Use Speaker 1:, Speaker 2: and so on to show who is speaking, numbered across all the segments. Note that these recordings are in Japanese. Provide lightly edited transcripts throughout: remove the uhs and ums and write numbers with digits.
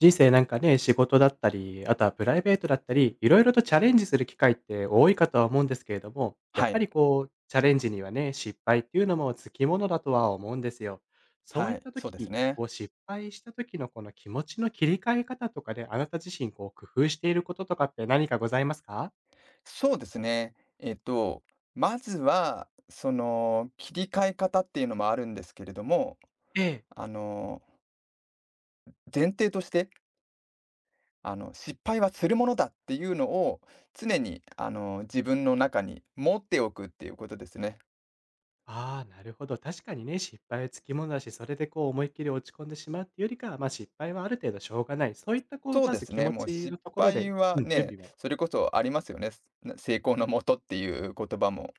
Speaker 1: 人生なんかね、仕事だったり、あとはプライベートだったり、いろいろとチャレンジする機会って多いかとは思うんですけれども、やっ
Speaker 2: は
Speaker 1: ぱ
Speaker 2: い、
Speaker 1: りこう、チャレンジにはね、失敗っていうのもつきものだとは思うんですよ。そう
Speaker 2: は
Speaker 1: いっ
Speaker 2: い、
Speaker 1: た
Speaker 2: そうです
Speaker 1: 時、
Speaker 2: ね。
Speaker 1: こう失敗した時のこの気持ちの切り替え方とかで、あなた自身こう工夫していることとかって何かございますか？
Speaker 2: そうですね。まずは、その、切り替え方っていうのもあるんですけれども、
Speaker 1: ええ。
Speaker 2: あの、前提として、失敗はするものだっていうのを、常に、自分の中に持っておくっていうことですね。
Speaker 1: ああ、なるほど。確かにね、失敗はつきものだし、それでこう思いっきり落ち込んでしまうっていうよりかは、ま、失敗はある程度しょうがない。そういったこう
Speaker 2: そう
Speaker 1: ま
Speaker 2: で
Speaker 1: ず
Speaker 2: す
Speaker 1: 気
Speaker 2: ね、
Speaker 1: 持
Speaker 2: もう
Speaker 1: ち
Speaker 2: 失
Speaker 1: のところ
Speaker 2: 敗
Speaker 1: で、
Speaker 2: は
Speaker 1: うん、準
Speaker 2: ね、
Speaker 1: 備は。
Speaker 2: それこそありますよね。成功のもとっていう言葉も。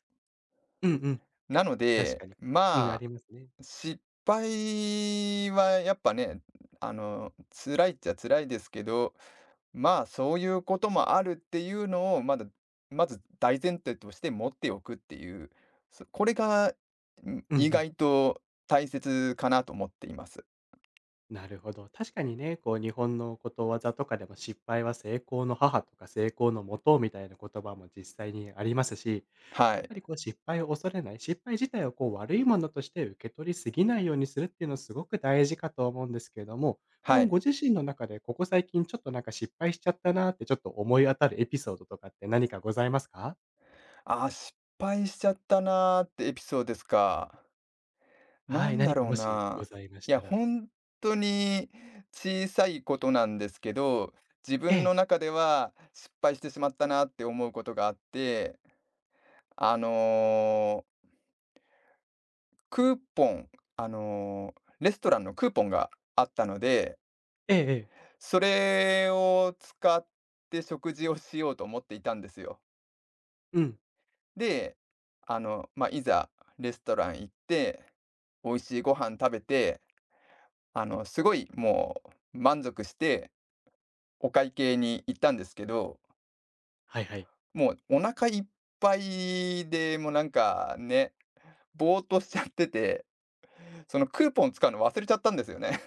Speaker 1: うんうん。
Speaker 2: なの
Speaker 1: 確
Speaker 2: で、
Speaker 1: かに。うん、あ
Speaker 2: ま
Speaker 1: りますね。
Speaker 2: あ、失敗はやっぱね、辛いっちゃ辛いですけど、まあ、そういうこともあるっていうのを、まず大前提として持っておくっていう、これが、
Speaker 1: うんう
Speaker 2: 意
Speaker 1: ん。
Speaker 2: 外と大切かなと思っています。
Speaker 1: なるほど。確かにね、こう日本のことわざとかでも失敗は成功の母とか成功のもとみたいな言葉も実際にありますし、
Speaker 2: は
Speaker 1: やっ
Speaker 2: い。
Speaker 1: ぱりこう失敗を恐れない、失敗自体をこう悪いものとして受け取りすぎないようにするっていうのすごく大事かと思うんですけれども、こ
Speaker 2: は
Speaker 1: うご
Speaker 2: い。
Speaker 1: 自身の中でここ最近ちょっとなんか失敗しちゃったなーってちょっと思い当たるエピソードとかって何かございますか？
Speaker 2: ああ、失敗しちゃったなーってエピソードですか。な
Speaker 1: はい、
Speaker 2: んだ
Speaker 1: 何か
Speaker 2: ろう
Speaker 1: もし
Speaker 2: な。
Speaker 1: ございまし
Speaker 2: いや、
Speaker 1: たら。
Speaker 2: 本当に小さいことなんですけど、自
Speaker 1: え
Speaker 2: 分の
Speaker 1: え、
Speaker 2: 中では失敗してしまったなって思うことがあって、あの、クーポン、あの、レストランのクーポンがあったので、
Speaker 1: ええ、ええ。
Speaker 2: それを使って食事をしようと思っていたんですよ。
Speaker 1: うん。
Speaker 2: で、まあ、いざレストラン行って、美味しいご飯食べて、すごいもう満足してお会計に行ったんですけど、
Speaker 1: はいはい。
Speaker 2: もうお腹いっぱいで、もうなんかね、ぼーっとしちゃってて、そのクーポン使うの忘れちゃったんですよね。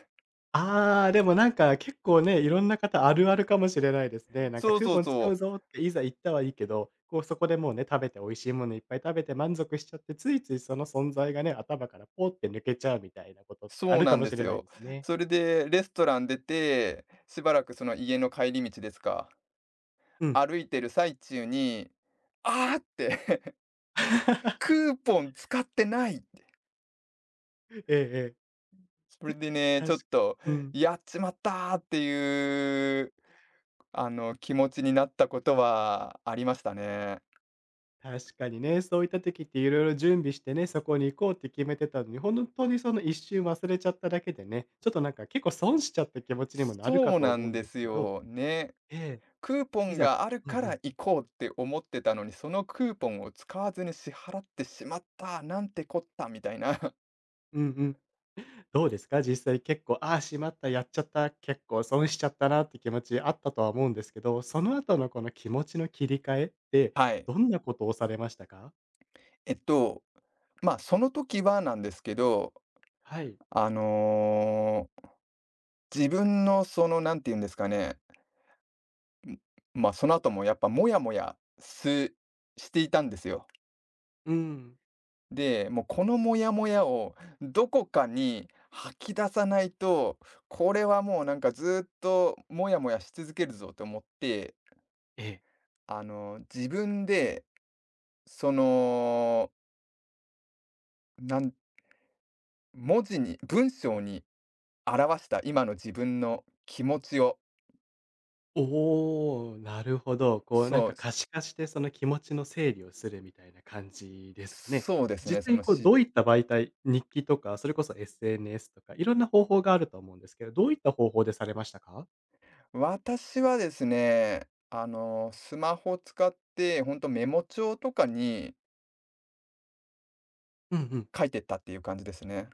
Speaker 1: ああ、でもなんか結構ね、いろんな方あるあるかもしれないですね。なんか
Speaker 2: そう
Speaker 1: クー
Speaker 2: そ
Speaker 1: ポ
Speaker 2: う
Speaker 1: ン使
Speaker 2: そ
Speaker 1: う
Speaker 2: う。
Speaker 1: ぞっていざ言ったはいいけど、こうそこでもうね、食べて美味しいものいっぱい食べて満足しちゃって、ついついその存在がね、頭からポーって抜けちゃうみたいなことってあ
Speaker 2: そう
Speaker 1: る
Speaker 2: な
Speaker 1: か
Speaker 2: ん
Speaker 1: も
Speaker 2: で
Speaker 1: し
Speaker 2: す
Speaker 1: れない
Speaker 2: よ。
Speaker 1: ですね。
Speaker 2: それでレストラン出て、しばらくその家の帰り道ですか、
Speaker 1: うん。
Speaker 2: 歩いてる最中に、ああって クーポン使ってないっ。
Speaker 1: ええええ。
Speaker 2: それでね、
Speaker 1: た
Speaker 2: ちょっと
Speaker 1: うん、
Speaker 2: 「やっちまった！」っていう、気持ちになったことはありましたね。
Speaker 1: 確かにね、そういった時っていろいろ準備してね、そこに行こうって決めてたのに、本当にその一瞬忘れちゃっただけでね、ちょっとなんか結構損しちゃった気持ちにもなるか
Speaker 2: そう
Speaker 1: と
Speaker 2: な
Speaker 1: 思う
Speaker 2: ん
Speaker 1: ん
Speaker 2: で
Speaker 1: です
Speaker 2: す
Speaker 1: けど。
Speaker 2: よ、ね。
Speaker 1: ええ。
Speaker 2: クーポ
Speaker 1: い
Speaker 2: ン
Speaker 1: ざ
Speaker 2: がある
Speaker 1: うんう
Speaker 2: から
Speaker 1: ん。
Speaker 2: 行こうって思ってたのに、そのクーポンを使わずに支払ってしまった、なんてこった、みたいな。
Speaker 1: うんうん。どうですか？実際結構、ああ、しまった、やっちゃった、結構損しちゃったなって気持ちあったとは思うんですけど、その後のこの気持ちの切り替えって、
Speaker 2: はい。
Speaker 1: どんなことをされましたか？
Speaker 2: えっと、ま、あその時はなんですけど、
Speaker 1: はい。
Speaker 2: あの、自分のその、なんて言うんですかね、ま、あその後もやっぱモヤモヤしていたんですよ。
Speaker 1: うん。
Speaker 2: で、もうこのモヤモヤをどこかに吐き出さないと、これはもうなんかずーっとモヤモヤし続けるぞと思って、
Speaker 1: ええ。
Speaker 2: 自分でその、なん文字に文章に表した今の自分の気持ちを、
Speaker 1: おお、なるほど。こうなん
Speaker 2: そ
Speaker 1: か
Speaker 2: う、
Speaker 1: 可視化してその気持ちの整理をするみたいな感じですかね。
Speaker 2: そうですね、
Speaker 1: 実
Speaker 2: そ
Speaker 1: 際に
Speaker 2: の
Speaker 1: こう
Speaker 2: 失
Speaker 1: どういった媒体、日記とか、それこそ SNS とか、いろんな方法があると思うんですけど、どういった方法でされましたか？
Speaker 2: 私はですね、スマホを使って、ほんとメモ帳とかに
Speaker 1: うんうん。
Speaker 2: 書いてったっていう感じですね。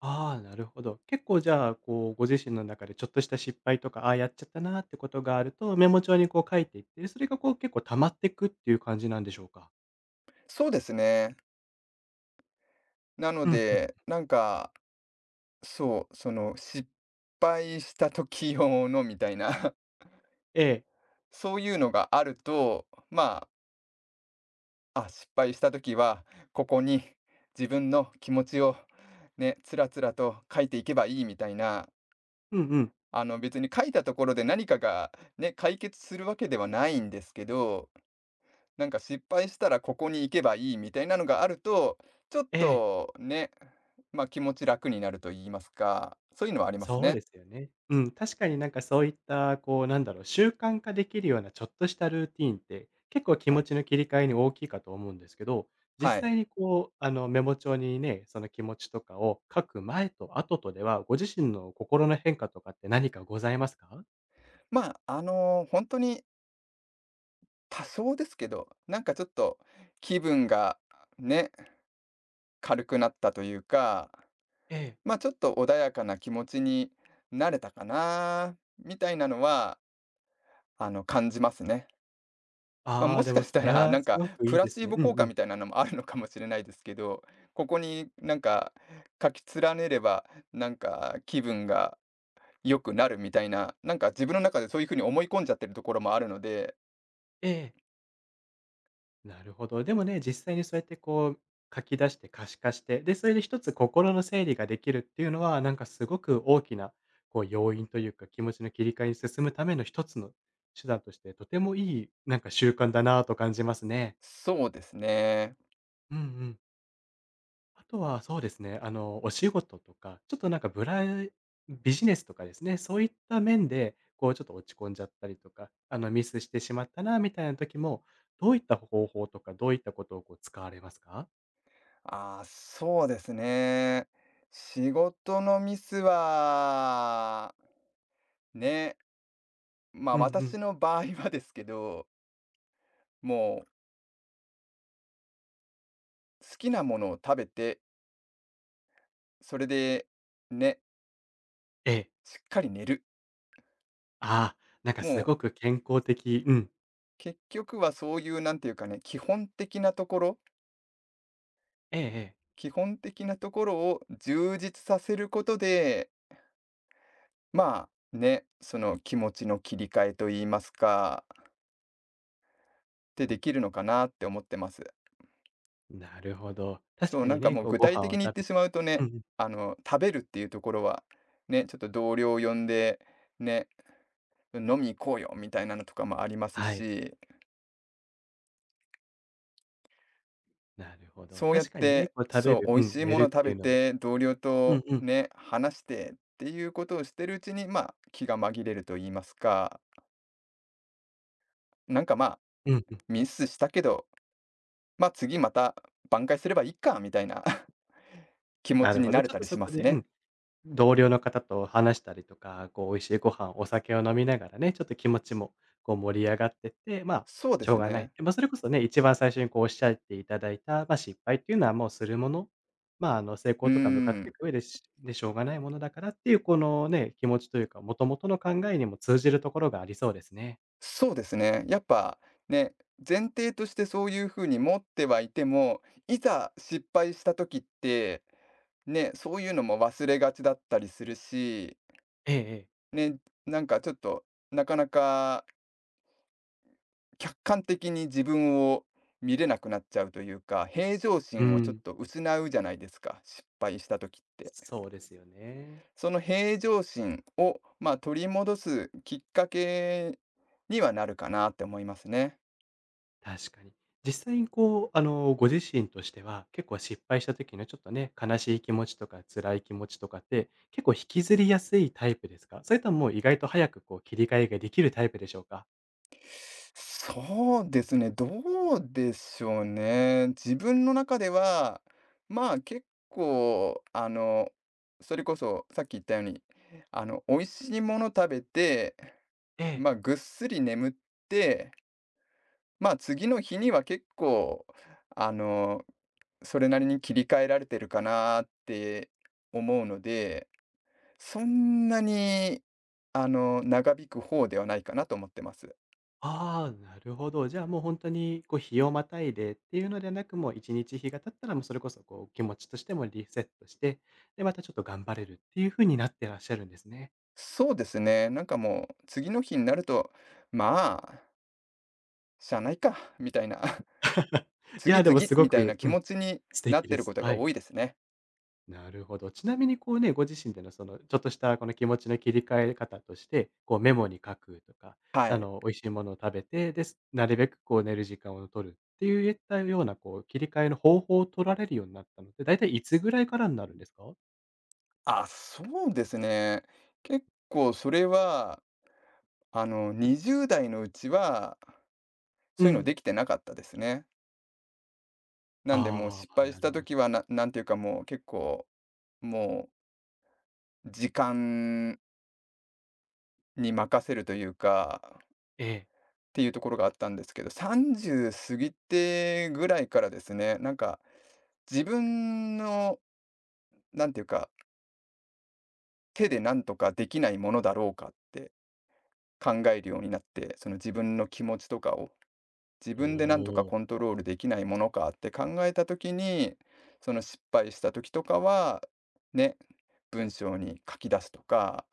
Speaker 1: ああ、なるほど。結構じゃあ、こう、ご自身の中でちょっとした失敗とか、ああ、やっちゃったなってことがあると、メモ帳にこう書いていって、それがこう結構溜まっていくっていう感じなんでしょうか？
Speaker 2: そうですね。なの
Speaker 1: うんうん。
Speaker 2: で、なんか、そう、失敗した時用のみたいな、
Speaker 1: ええ。
Speaker 2: そういうのがあると、まあ、失敗した時は、ここに自分の気持ちをね、つらつらと書いていけばいいみたいな、
Speaker 1: うんうん。
Speaker 2: 別に書いたところで何かがね、解決するわけではないんですけど、なんか失敗したらここに行けばいいみたいなのがあると、ちょっ
Speaker 1: ええ。
Speaker 2: とね、まあ、気持ち楽になると言いますか、そういうのはあります
Speaker 1: そうで
Speaker 2: ね。
Speaker 1: すよね。うん、確かになんかそういった、こう、なんだろう、習慣化できるようなちょっとしたルーティーンって、結構気
Speaker 2: は
Speaker 1: 持
Speaker 2: い。
Speaker 1: ちの切り替えに大きいかと思うんですけど、
Speaker 2: は
Speaker 1: 実
Speaker 2: い。
Speaker 1: 際にこう、メモ帳にね、その気持ちとかを書く前と後とでは、ご自身の心の変化とかって何かございますか？
Speaker 2: まあ、本当に多少ですけど、なんかちょっと気分がね、軽くなったというか、
Speaker 1: ええ。
Speaker 2: ま、あちょっと穏やかな気持ちになれたかなみたいなのは、感じますね。ま、あ、
Speaker 1: あ
Speaker 2: も
Speaker 1: あ、
Speaker 2: し
Speaker 1: で
Speaker 2: か
Speaker 1: も
Speaker 2: し
Speaker 1: そ
Speaker 2: た
Speaker 1: れ
Speaker 2: ら、
Speaker 1: は
Speaker 2: なん
Speaker 1: す
Speaker 2: か、
Speaker 1: ごく
Speaker 2: プ
Speaker 1: いい
Speaker 2: ラ
Speaker 1: で
Speaker 2: シ
Speaker 1: す
Speaker 2: ー
Speaker 1: ね。
Speaker 2: ボ
Speaker 1: うん
Speaker 2: 効果
Speaker 1: う
Speaker 2: み
Speaker 1: ん。
Speaker 2: たいなのもあるのかもしれないですけど、ここになんか、書き連ねれば、なんか気分が良くなるみたいな、なんか自分の中でそういう風に思い込んじゃってるところもあるので、
Speaker 1: ええ。なるほど。でもね、実際にそうやってこう、書き出して可視化して、で、それで一つ心の整理ができるっていうのは、なんかすごく大きな、こう、要因というか、気持ちの切り替えに進むための一つの手段として、とてもいい、なんか習慣だなぁと感じますね。
Speaker 2: そうですね。
Speaker 1: うんうん。あとはそうですね、お仕事とか、ちょっとなんかビジネスとかですね、そういった面で、こうちょっと落ち込んじゃったりとか、ミスしてしまったな、みたいな時も、どういった方法とか、どういったことをこう使われますか？
Speaker 2: ああ、そうですね。仕事のミスは、ね、ま、あ、
Speaker 1: うんうん。
Speaker 2: 私の場合はですけど、もう好きなものを食べて、それで、ね、
Speaker 1: ええ。
Speaker 2: しっかり寝る。
Speaker 1: ああ、なんか
Speaker 2: も
Speaker 1: す
Speaker 2: う
Speaker 1: ごく健康的。うん。
Speaker 2: 結局はそういうなんていうかね、基本的なところ
Speaker 1: ええええ。
Speaker 2: 基本的なところを充実させることで、まあ、ね、その気持ちの切り替えと言いますか、ってできるのかなって思ってます。
Speaker 1: なるほど。確
Speaker 2: そう、
Speaker 1: か
Speaker 2: な
Speaker 1: に
Speaker 2: んか
Speaker 1: ね、
Speaker 2: もう
Speaker 1: こう
Speaker 2: 具
Speaker 1: ご
Speaker 2: 体
Speaker 1: 飯
Speaker 2: 的
Speaker 1: を
Speaker 2: に言っ
Speaker 1: 食
Speaker 2: て
Speaker 1: べ
Speaker 2: しま
Speaker 1: て。
Speaker 2: うと
Speaker 1: う
Speaker 2: ね、
Speaker 1: んうん。
Speaker 2: 食べるっていうところは、ね、ちょっと同僚を呼んで、ね、飲み行こうよみたいなのとかもあります
Speaker 1: はい。
Speaker 2: し、
Speaker 1: なるほど。
Speaker 2: そうやっ
Speaker 1: 確かにね、
Speaker 2: て、
Speaker 1: こう食べ
Speaker 2: そう、
Speaker 1: る、
Speaker 2: 美
Speaker 1: う
Speaker 2: 味
Speaker 1: ん、
Speaker 2: しい
Speaker 1: 寝
Speaker 2: もの
Speaker 1: るっ
Speaker 2: 食
Speaker 1: てい
Speaker 2: べ
Speaker 1: うのは。
Speaker 2: て、同僚
Speaker 1: う
Speaker 2: と
Speaker 1: んうん。
Speaker 2: ね、話してっていうことをしてるうちに、まあ、気が紛れると言いますか、なんかまあ、
Speaker 1: うんうん。
Speaker 2: ミスしたけど、まあ次また挽回すればいいかみたいな 気持
Speaker 1: な
Speaker 2: ち
Speaker 1: る
Speaker 2: に
Speaker 1: ほ
Speaker 2: な
Speaker 1: ど。
Speaker 2: れ
Speaker 1: ちょっ
Speaker 2: た
Speaker 1: と
Speaker 2: りし
Speaker 1: そ
Speaker 2: ま
Speaker 1: こ
Speaker 2: す
Speaker 1: で。う
Speaker 2: ね。
Speaker 1: ん。同僚の方と話したりとか、こう美味しいご飯、お酒を飲みながらね、ちょっと気持ちもこう盛り上がってって、まあ、
Speaker 2: そうで
Speaker 1: しょ
Speaker 2: す
Speaker 1: うがない。
Speaker 2: ね。
Speaker 1: で、まあ、それこそね、一番最初にこうおっしゃっていただいた、まあ、失敗っていうのはもうするもの、まあ、成
Speaker 2: うー
Speaker 1: 功とか向かってい
Speaker 2: ん、
Speaker 1: く上ででしょうがないものだからっていうこのね、気持ちというか、もともとの考えにも通じるところがありそうですね。
Speaker 2: そうですね。やっぱね、前提としてそういうふうに持ってはいても、いざ失敗した時って、ね、そういうのも忘れがちだったりするし、
Speaker 1: ええええ。
Speaker 2: ね、なんかちょっと、なかなか客観的に自分を見れなくなっちゃうというか、平常
Speaker 1: う
Speaker 2: 心をちょっ
Speaker 1: ん、
Speaker 2: と失うじゃないですか、失敗した時って。
Speaker 1: そうですよね。
Speaker 2: その平常心を、まあ、取り戻すきっかけにはなるかなって思いますね。
Speaker 1: 確かに。実際にこう、ご自身としては、結構失敗した時のちょっとね、悲しい気持ちとか辛い気持ちとかって、結構引きずりやすいタイプですか？それとももう意外と早くこう切り替えができるタイプでしょうか？
Speaker 2: そうですね、どうでしょうね。自分の中では、まあ、結構、それこそさっき言ったように、美味しいもの食べて、
Speaker 1: ええ。
Speaker 2: ま、あ、ぐっすり眠って、ま、あ次の日には結構、あの、それなりに切り替えられてるかなって思うので、そんなに、長引く方ではないかなと思ってます。
Speaker 1: ああ、なるほど。じゃあもう本当にこう日をまたいでっていうのではなく、もう1日、日が経ったら、もうそれこそこう気持ちとしてもリセットして、で、またちょっと頑張れるっていう風になってらっしゃるんですね。
Speaker 2: そうですね、なんかもう、次の日になると、まあ、しゃあないかみたいな、
Speaker 1: い
Speaker 2: 次
Speaker 1: や、でも
Speaker 2: 々
Speaker 1: すご
Speaker 2: みたいな
Speaker 1: く、
Speaker 2: 気
Speaker 1: うん、
Speaker 2: 持ちに
Speaker 1: 素
Speaker 2: なっ
Speaker 1: 敵
Speaker 2: て
Speaker 1: で
Speaker 2: る
Speaker 1: す。
Speaker 2: ことが
Speaker 1: はい。
Speaker 2: 多いですね。
Speaker 1: なるほど。ちなみにこうね、ご自身でのその、ちょっとしたこの気持ちの切り替え方として、こうメモに書くとか、
Speaker 2: はい。
Speaker 1: 美味しいものを食べて、です。なるべくこう寝る時間を取るっていったようなこう切り替えの方法を取られるようになったのって、だいたいいつぐらいからになるんですか？
Speaker 2: あ、そうですね。結構それは20代のうちは、
Speaker 1: う
Speaker 2: そういうので
Speaker 1: ん。
Speaker 2: きてなかったですね。なんでもう
Speaker 1: あ
Speaker 2: 失
Speaker 1: あ、
Speaker 2: 敗し
Speaker 1: な
Speaker 2: た
Speaker 1: るほ
Speaker 2: 時
Speaker 1: ど。
Speaker 2: は、なんていうかもう結構、もう時間に任せるというか、
Speaker 1: ええ。
Speaker 2: っていうところがあったんですけど、30過ぎてぐらいからですね、なんか自分の、なんていうか、手でなんとかできないものだろうかって考えるようになって、その自分の気持ちとかを。自
Speaker 1: お
Speaker 2: 分でなんとか
Speaker 1: お。
Speaker 2: コントロールできないものかって考えた時に、その失敗した時とかは、ね、文章に書き出すとか、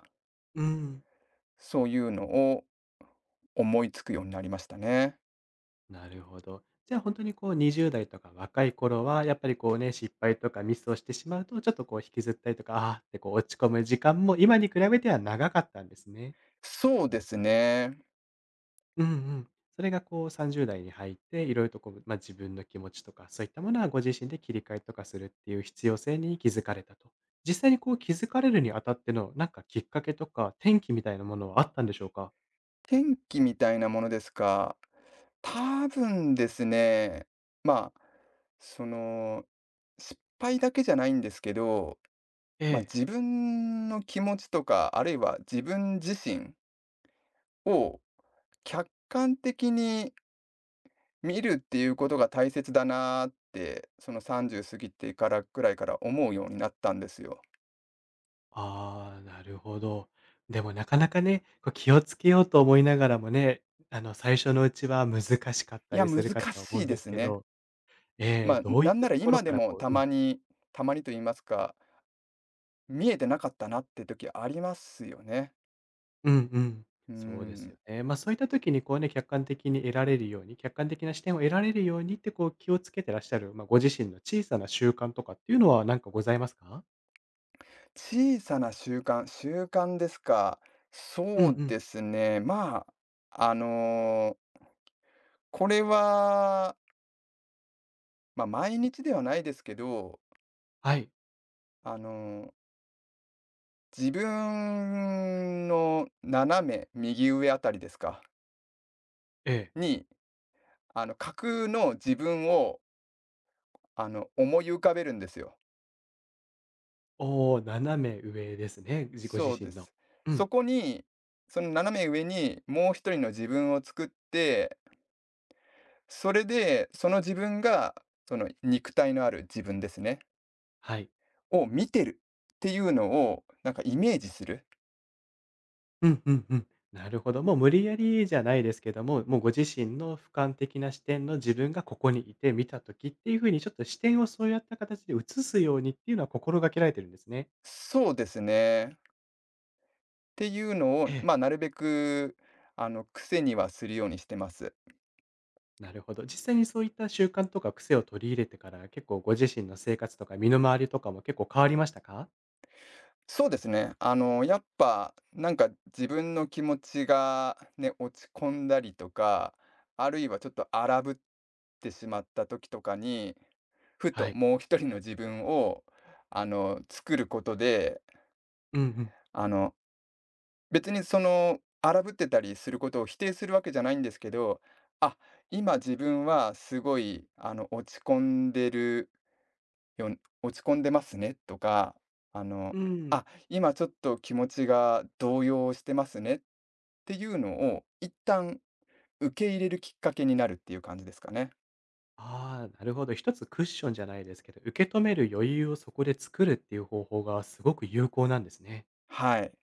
Speaker 1: うん。
Speaker 2: そういうのを思いつくようになりましたね。
Speaker 1: なるほど。じゃあ本当にこう20代とか若い頃は、やっぱりこうね、失敗とかミスをしてしまうと、ちょっとこう引きずったりとか、あーってこう落ち込む時間も今に比べては長かったんですね。
Speaker 2: そうですね。
Speaker 1: うんうん。それがこう30代に入って、いろいろとこう、まあ、自分の気持ちとか、そういったものはご自身で切り替えとかするっていう必要性に気づかれたと。実際にこう気づかれるにあたっての、なんかきっかけとか、転機みたいなものはあったんでしょうか？
Speaker 2: 天気みたいなものですか。多分ですね、まあ、その、失敗だけじゃないんですけど、
Speaker 1: え
Speaker 2: まあ、
Speaker 1: え。
Speaker 2: 自分の気持ちとか、あるいは自分自身を客観的に見るっていうことが大切だなーって、その30過ぎてからくらいから思うようになったんですよ。
Speaker 1: ああ、なるほど。でもなかなかね、こう気をつけようと思いながらもね、最初のうちは難しかっ
Speaker 2: い
Speaker 1: た
Speaker 2: や、
Speaker 1: りす
Speaker 2: 難
Speaker 1: るかとは思う
Speaker 2: し
Speaker 1: ん
Speaker 2: いで
Speaker 1: です
Speaker 2: す
Speaker 1: け
Speaker 2: ね。
Speaker 1: ど、え
Speaker 2: ま
Speaker 1: え、
Speaker 2: あ、
Speaker 1: どういっ
Speaker 2: なん
Speaker 1: た
Speaker 2: なら
Speaker 1: ところ
Speaker 2: 今で
Speaker 1: から
Speaker 2: も
Speaker 1: こ
Speaker 2: た
Speaker 1: う、うん、
Speaker 2: まに、たまにと言いますか、見えてなかったなって時ありますよね。
Speaker 1: うんうん、
Speaker 2: う
Speaker 1: そうです
Speaker 2: ん。
Speaker 1: よね。ま、そういった時にこうね、客観的に得られるように、客観的な視点を得られるようにってこう気をつけてらっしゃる、ま、ご自身の小さな習慣とかっていうのは何かございますか？
Speaker 2: 小さな習慣ですか。
Speaker 1: うん
Speaker 2: そう
Speaker 1: うん。
Speaker 2: ですね、まあ、これは、まあ、毎日ではないですけど、
Speaker 1: はい。
Speaker 2: あの自分の斜め右上あたりですか、
Speaker 1: ええ。
Speaker 2: に、架空の自分を、思い浮かべるんですよ。
Speaker 1: おお、斜め上ですね、ご自
Speaker 2: そうで
Speaker 1: 身の。
Speaker 2: す。
Speaker 1: う
Speaker 2: そ
Speaker 1: ん、
Speaker 2: こに、その斜め上にもう一人の自分を作って、それで、その自分が、その肉体のある自分ですね、
Speaker 1: はい。
Speaker 2: を見てるっていうのを、なんかイメージする。
Speaker 1: うんうんうん。なるほど。もう無理やりじゃないですけども、もうご自身の俯瞰的な視点の自分がここにいて見た時っていう風にちょっと視点をそうやった形で移すようにっていうのは心がけられてるんですね。
Speaker 2: そうですね。っていうのを、
Speaker 1: ええ。
Speaker 2: ま、あなるべく、癖にはするようにしてます。
Speaker 1: なるほど。実際にそういった習慣とか癖を取り入れてから、結構ご自身の生活とか身の回りとかも結構変わりましたか？
Speaker 2: そうですね。やっぱ、なんか自分の気持ちがね、落ち込んだりとか、あるいはちょっと荒ぶってしまった時とかに、ふ
Speaker 1: は
Speaker 2: と
Speaker 1: い。
Speaker 2: もう一人の自分を、作ることで、
Speaker 1: うんうん。
Speaker 2: あの、別にその、荒ぶってたりすることを否定するわけじゃないんですけど、あ、今自分はすごい、んでる「落ち込んでますね」とか、あの
Speaker 1: うん。
Speaker 2: 「あ、今ちょっと気持ちが動揺してますね」っていうのを一旦受け入れるきっかけになるっていう感じですかね。
Speaker 1: ああ、なるほど。一つクッションじゃないですけど、受け止める余裕をそこで作るっていう方法がすごく有効なんですね。
Speaker 2: はい、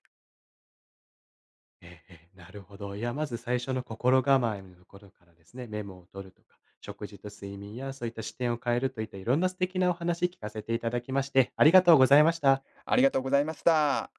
Speaker 1: ええええ、なるほど。いや、まず最初の心構えのところからですね、メモを取るとか、食事と睡眠やそういった視点を変えるといったいろんな素敵なお話聞かせていただきまして、ありがとうございました。
Speaker 2: ありがとうございました。